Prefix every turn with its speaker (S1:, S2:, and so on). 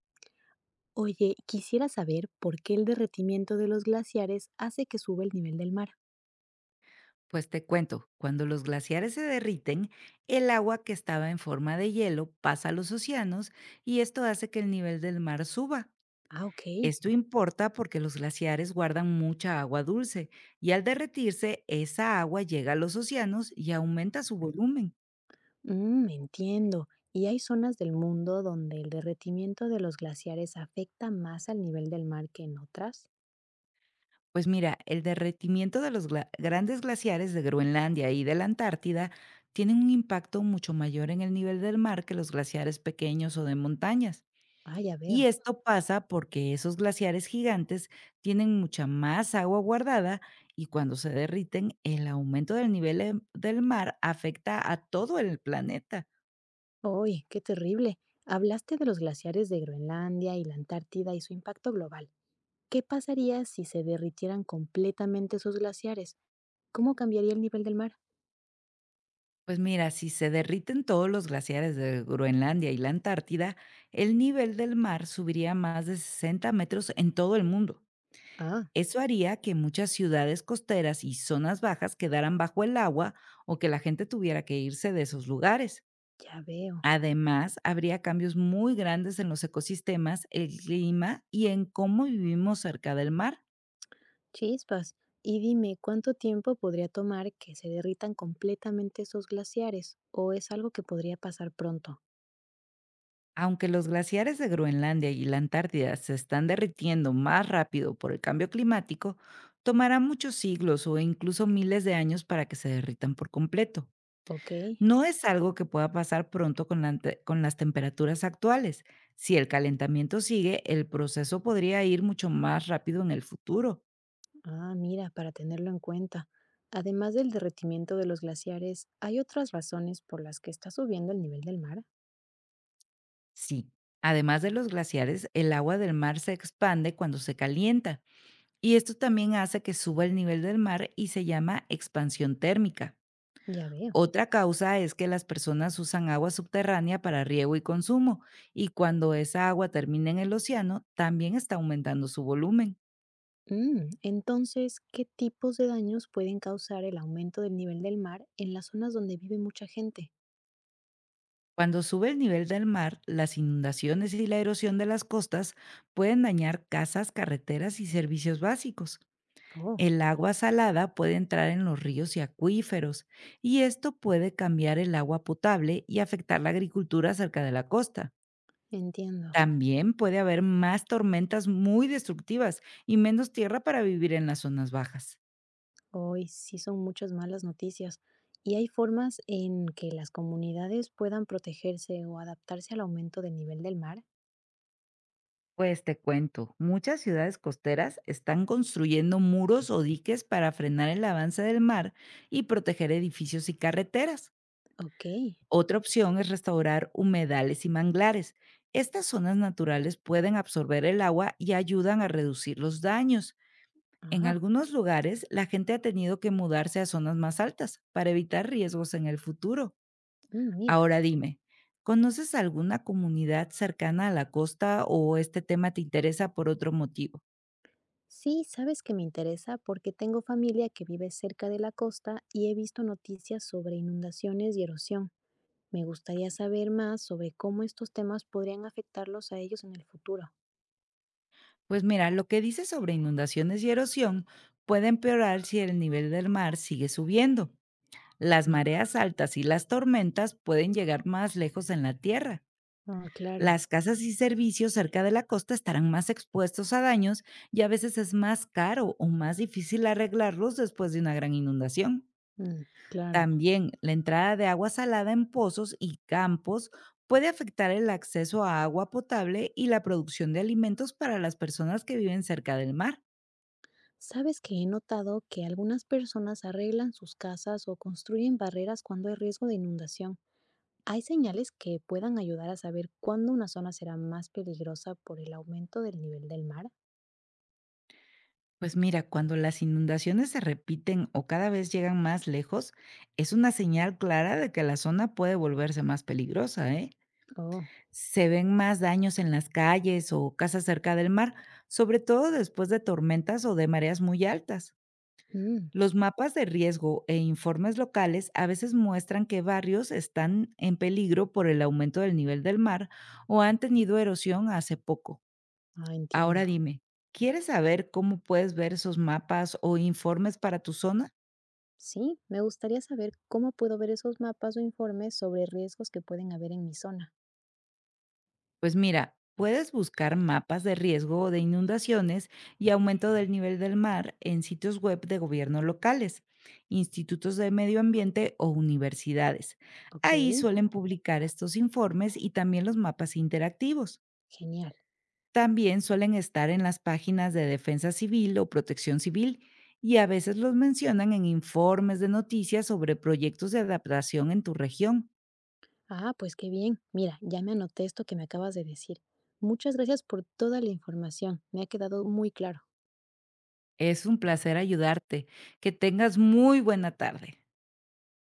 S1: Oye, quisiera saber por qué el derretimiento de los glaciares hace que suba el nivel del mar.
S2: Pues te cuento, cuando los glaciares se derriten, el agua que estaba en forma de hielo pasa a los océanos y esto hace que el nivel del mar suba.
S1: Ah, ok.
S2: Esto importa porque los glaciares guardan mucha agua dulce y al derretirse esa agua llega a los océanos y aumenta su volumen.
S1: Mm, entiendo. ¿Y hay zonas del mundo donde el derretimiento de los glaciares afecta más al nivel del mar que en otras?
S2: Pues mira, el derretimiento de los grandes glaciares de Groenlandia y de la Antártida tiene un impacto mucho mayor en el nivel del mar que los glaciares pequeños o de montañas.
S1: Ah, ya
S2: Y
S1: veo.
S2: esto pasa porque esos glaciares gigantes tienen mucha más agua guardada y cuando se derriten, el aumento del del mar afecta a todo el planeta.
S1: Oye, qué terrible. Hablaste de los glaciares de Groenlandia y la Antártida y su impacto global. ¿Qué pasaría si se derritieran completamente esos glaciares? ¿Cómo cambiaría el nivel del mar?
S2: Pues mira, si se derriten todos los glaciares de Groenlandia y la Antártida, el nivel del mar subiría más de 60 metros en todo el mundo.
S1: Ah,
S2: Eso haría que muchas ciudades costeras y zonas bajas quedaran bajo el agua o que la gente tuviera que irse de esos lugares.
S1: ya veo.
S2: Además, habría cambios muy grandes en los ecosistemas, el clima y en cómo vivimos cerca del mar.
S1: Chispas. Y dime, ¿cuánto tiempo podría tomar que se derritan completamente esos glaciares? ¿O es algo que podría pasar pronto?
S2: Aunque los glaciares de Groenlandia y la Antártida se están derritiendo más rápido por el cambio climático, tomará muchos siglos o incluso miles de años para que se derritan por completo.
S1: Ok.
S2: No es algo que pueda pasar pronto con las temperaturas actuales. Si el calentamiento sigue, el proceso podría ir mucho más rápido en el futuro.
S1: Ah, mira, para tenerlo en cuenta. Además del derretimiento de los glaciares, ¿hay otras razones por las que está subiendo el nivel del mar?
S2: Sí, además de los glaciares, el agua del mar se expande cuando se calienta y esto también hace que suba el nivel del mar y se llama expansión térmica.
S1: Ya veo.
S2: Otra causa es que las personas usan agua subterránea para riego y consumo y cuando esa agua termina en el océano también está aumentando su volumen.
S1: Mm, entonces, ¿qué tipos de daños pueden causar el aumento del nivel del mar en las zonas donde vive mucha gente?
S2: Cuando sube el nivel del mar, las inundaciones y la erosión de las costas pueden dañar casas, carreteras y servicios básicos.
S1: Oh,
S2: El agua salada puede entrar en los ríos y acuíferos, y esto puede cambiar el agua potable y afectar la agricultura cerca de la costa.
S1: entiendo.
S2: También puede haber más tormentas muy destructivas y menos tierra para vivir en las zonas bajas.
S1: Hoy sí son muchas malas noticias. ¿Y hay formas en que las comunidades puedan protegerse o adaptarse al aumento del nivel del mar?
S2: Pues te cuento, muchas ciudades costeras están construyendo muros o diques para frenar el avance del mar y proteger edificios y carreteras.
S1: Ok.
S2: Otra opción es restaurar humedales y manglares. Estas zonas naturales pueden absorber el agua y ayudan a reducir los daños. En
S1: Ah,
S2: algunos lugares, la gente ha tenido que mudarse a zonas más altas para evitar riesgos en el futuro.
S1: mm, mira.
S2: Ahora dime, ¿conoces alguna comunidad cercana a la costa o este tema te interesa por otro motivo?
S1: Sí, sabes que me interesa porque tengo familia que vive cerca de la costa y he visto noticias sobre inundaciones y erosión. Me gustaría saber más sobre cómo estos temas podrían afectarlos a ellos en el futuro.
S2: Pues mira, lo que dices sobre inundaciones y erosión puede empeorar si el nivel del mar sigue subiendo. Las
S1: Mm,
S2: mareas altas y las tormentas pueden llegar más lejos en la tierra.
S1: ah, claro,
S2: Las casas y servicios cerca de la costa estarán más expuestos a daños y a veces es más caro o más difícil arreglarlos después de una gran inundación.
S1: mm, claro.
S2: También la entrada de agua salada en pozos y campos puede afectar el acceso a agua potable y la producción de alimentos para las personas que viven cerca del mar.
S1: Sabes que he notado que algunas personas arreglan sus casas o construyen barreras cuando hay riesgo de inundación. ¿Hay señales que puedan ayudar a saber cuándo una zona será más peligrosa por el aumento del nivel del mar?
S2: Pues mira, cuando las inundaciones se repiten o cada vez llegan más lejos, es una señal clara de que la zona puede volverse más peligrosa, ¿eh?
S1: Oh,
S2: Se ven más daños en las calles o casas cerca del mar, sobre todo después de tormentas o de mareas muy altas.
S1: mm,
S2: Los mapas de riesgo e informes locales a veces muestran que barrios están en peligro por el aumento del nivel del mar o han tenido erosión hace poco.
S1: ah,
S2: Ahora
S1: entiendo.
S2: dime, ¿quieres saber cómo puedes ver esos mapas o informes para tu zona?
S1: Sí, me gustaría saber cómo puedo ver esos mapas o informes sobre riesgos que pueden haber en mi zona.
S2: Pues mira, puedes buscar mapas de riesgo de inundaciones y aumento del nivel del mar en sitios web de gobierno locales, institutos de medio ambiente o universidades.
S1: Ok,
S2: Ahí suelen publicar estos informes y también los mapas interactivos.
S1: genial.
S2: También suelen estar en las páginas de Defensa Civil o Protección Civil y a veces los mencionan en informes de noticias sobre proyectos de adaptación en tu región.
S1: Ah, pues qué bien. Mira, ya me anoté esto que me acabas de decir. Muchas gracias por toda la información. Me ha quedado muy claro.
S2: Es un placer ayudarte. Que tengas muy buena tarde.